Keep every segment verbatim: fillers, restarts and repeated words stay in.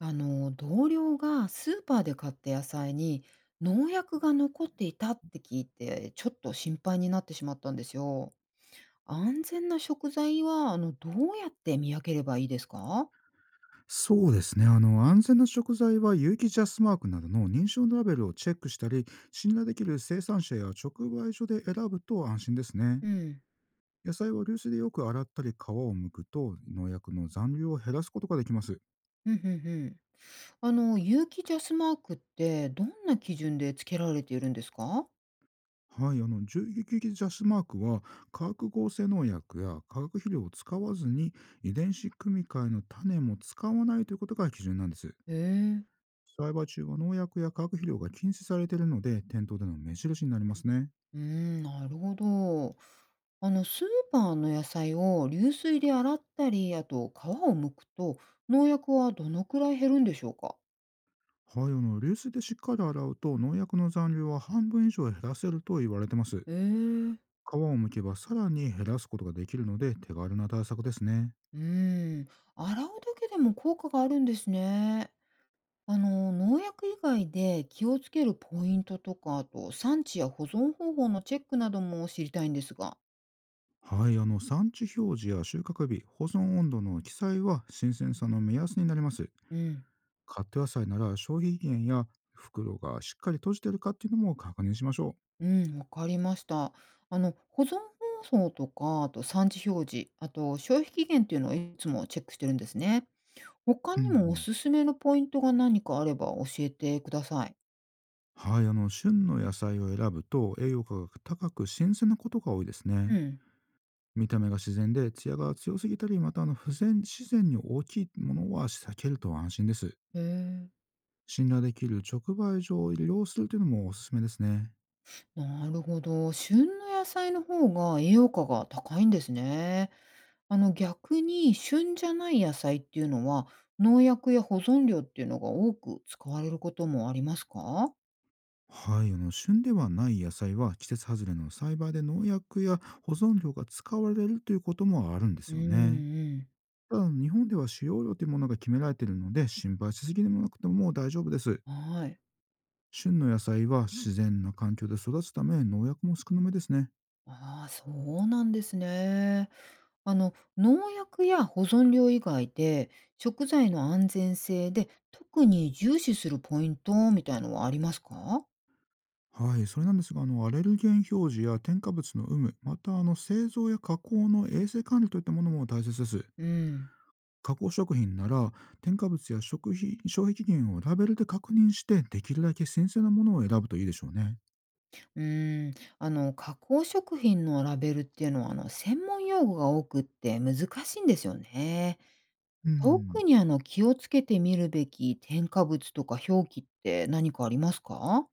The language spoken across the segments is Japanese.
あの同僚がスーパーで買った野菜に農薬が残っていたって聞いて、ちょっと心配になってしまったんですよ。安全な食材はあのどうやって見分ければいいですか？そうですね。あの、安全な食材は有機ジャスマークなどの認証のラベルをチェックしたり、信頼できる生産者や直売所で選ぶと安心ですね。うん。野菜は流水でよく洗ったり、皮を剥くと農薬の残留を減らすことができます。うんうんうん。あの有機ジャスマークってどんな基準でつけられているんですか？はい、あの、有機ジャスマークは、化学合成農薬や化学肥料を使わずに、遺伝子組み換えの種も使わないということが基準なんです。へえ。栽培中は農薬や化学肥料が禁止されているので、店頭での目印になりますね。うん、なるほど。あのスーパーの野菜を流水で洗ったり、あと皮を剥くと農薬はどのくらい減るんでしょうか？はい、あの、流水でしっかり洗うと、農薬の残留は半分以上減らせると言われてます。ええ、皮を剥けばさらに減らすことができるので、手軽な対策ですね。うん、洗うだけでも効果があるんですね。あの、農薬以外で気をつけるポイントとか、あと産地や保存方法のチェックなども知りたいんですが。はい、あの、産地表示や収穫日、保存温度の記載は新鮮さの目安になります。うん、カット野菜なら、消費期限や袋がしっかり閉じてるかっていうのも確認しましょうん、わかりました。あの、保存方法とか、あと産地表示、あと消費期限っていうのをいつもチェックしてるんですね。他う。うんうにもおん。すすめのポイントが何かあれば教えてください。はい、あの、旬の野菜を選ぶと栄養価が高く、新鮮なことが多いですうね。ん。見た目が自然で、艶が強すぎたり、またあの不全自然に大きいものは避けると安心です。へえ。信頼できる直売所を利用するというのもおすすめですね。なるほど。旬の野菜の方が栄養価が高いんですね。あの、逆に旬じゃない野菜っていうのは農薬や保存料っていうのが多く使われることもありますか？はい、あの旬ではない野菜は、季節外れの栽培で農薬や保存料が使われるということもあるんでうすんうよね。ん。ただ、日本では使用量というものが決められているので、心配しすぎでもなくても大丈夫です。はい。旬の野菜は自然な環境で育つため、農薬も少なめですね。ああ、そうなんですね。あの農薬や保存料以外で食材の安全性で特に重視するポイントみたいのはありますか？はい、それなんですが、あの、アレルゲン表示や添加物の有無、また、あの、製造や加工の衛生管理といったものも大切です。うん。加工食品なら、添加物や食品消費期限をラベルで確認して、できるだけ新鮮なものを選ぶといいでしょうね。うーん、あの、加工食品のラベルっていうのは、あの、専門用語が多くって難しいんですよね。うん。特にあの、気をつけてみるべき添加物とか表記って何かありますか？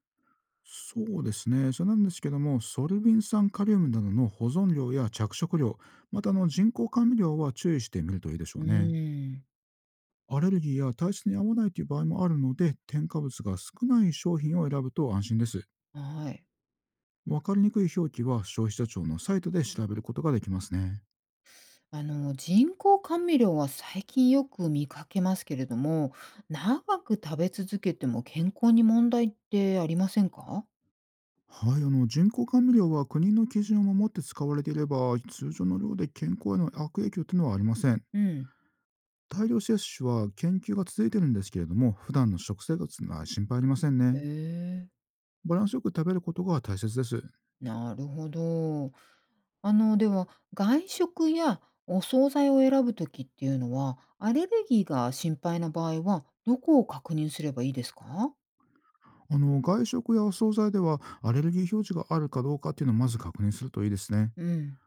そうですね。それなんですけども、ソルビン酸カリウムなどの保存量や着色料、またあの人工甘味料は注意してみるといいでしょううね。ーん。アレルギーや体質に合わないという場合もあるので、添加物が少ない商品を選ぶと安心です。はい。わかりにくい表記は消費者庁のサイトで調べることができますね。あの、人工甘味料は最近よく見かけますけれども、長く食べ続けても健康に問題ってありませんか？はい、あの人工甘味料は、国の基準を守って使われていれば、通常の量で健康への悪影響というのはありません。うん。大量摂取は研究が続いているんですけれども、普段の食生活は心配ありませんへね。え。バランスよく食べることが大切です。なるほど。あの、では、外食やお惣菜を選ぶときっていうのは、アレルギーが心配な場合は、どこを確認すればいいですか？あの外食やお惣菜では、アレルギー表示があるかどうかっていうのをまず確認するといいですね。うん、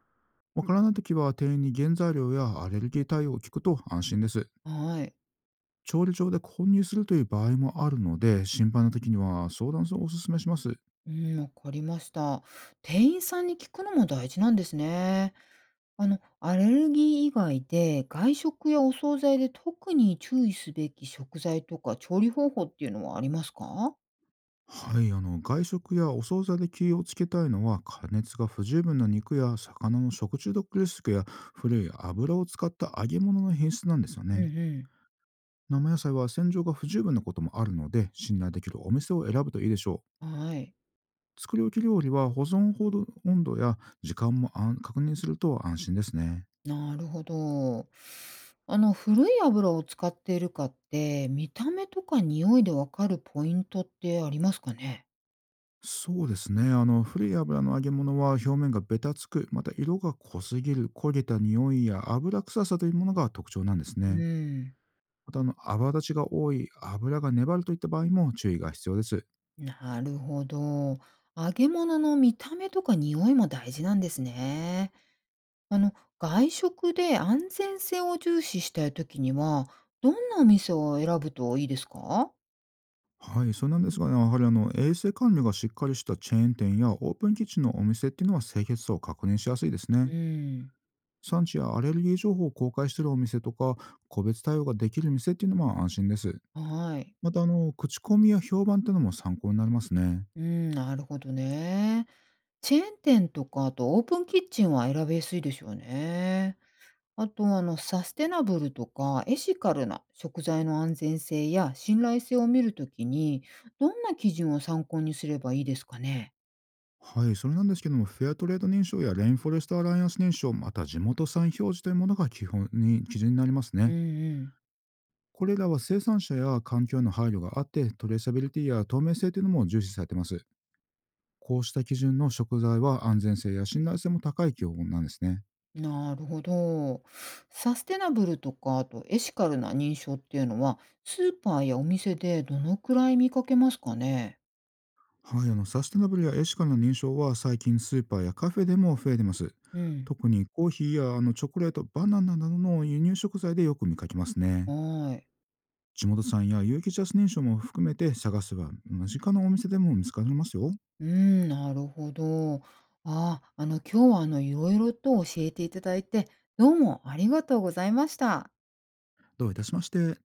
わからないときは、店員に原材料やアレルギー対応を聞くと安心です。はい。調理場で購入するという場合もあるので、心配な時には相談をお勧めします。うん、わかりました。店員さんに聞くのも大事なんですね。あの、アレルギー以外で、外食やお惣菜で特に注意すべき食材とか調理方法っていうのはありますか？はい、あの、外食やお惣菜で気をつけたいのは、加熱が不十分な肉や魚の食中毒リスクや、古い油を使った揚げ物の品質なんですようんね。うん。生野菜は洗浄が不十分なこともあるので、信頼できるお店を選ぶといいでしょはい。う。作り置き料理は、保存温度や時間も安確認すると安心ですね。なるほど。あの、古い油を使っているかって、見た目とか匂いでわかるポイントってありますかね？そうですね。あの、古い油の揚げ物は、表面がベタつく、また色が濃すぎる、焦げた匂いや油臭さというものが特徴なんですうね。ん、また、あの、泡立ちが多い、油が粘るといった場合も注意が必要です。なるほど。揚げ物の見た目とか匂いも大事なんですね。あの、外食で安全性を重視したい時には、どんなお店を選ぶといいですか？はい、そうなんですが、ね、やはりあの、衛生管理がしっかりしたチェーン店やオープンキッチンのお店っていうのは、清潔さを確認しやすいですね。うん、産地やアレルギー情報を公開しているお店とか、個別対応ができる店っていうのも安心です。はい。また、あの、口コミや評判っていうのも参考になりますね。うん、なるほどね。チェーン店とか、あとオープンキッチンは選びやすいでしょうね。あと、あの、サステナブルとかエシカルな食材の安全性や信頼性を見るときに、どんな基準を参考にすればいいですかね？はい、それなんですけども、フェアトレード認証やレインフォレストアライアンス認証、また地元産表示というものが基本に基準になりますうね。んうん。これらは生産者や環境への配慮があって、トレーサビリティや透明性というのも重視されています。こうした基準の食材は、安全性や信頼性も高い競合なんですね。なるほど。サステナブルとか、あとエシカルな認証っていうのは、スーパーやお店でどのくらい見かけますかね？はい、あのサステナブルやエシカルの認証は、最近スーパーやカフェでも増えてます。うん。特にコーヒーやあのチョコレート、バナナなどの輸入食材でよく見かけますね。はい。地元産や有機ジャスネーも含めて探せば、身近なお店でも見つかりますよ。うん、なるほど。ああ、の、今日は、あの、色々と教えていただいて、どうもありがとうございました。どういたしまして。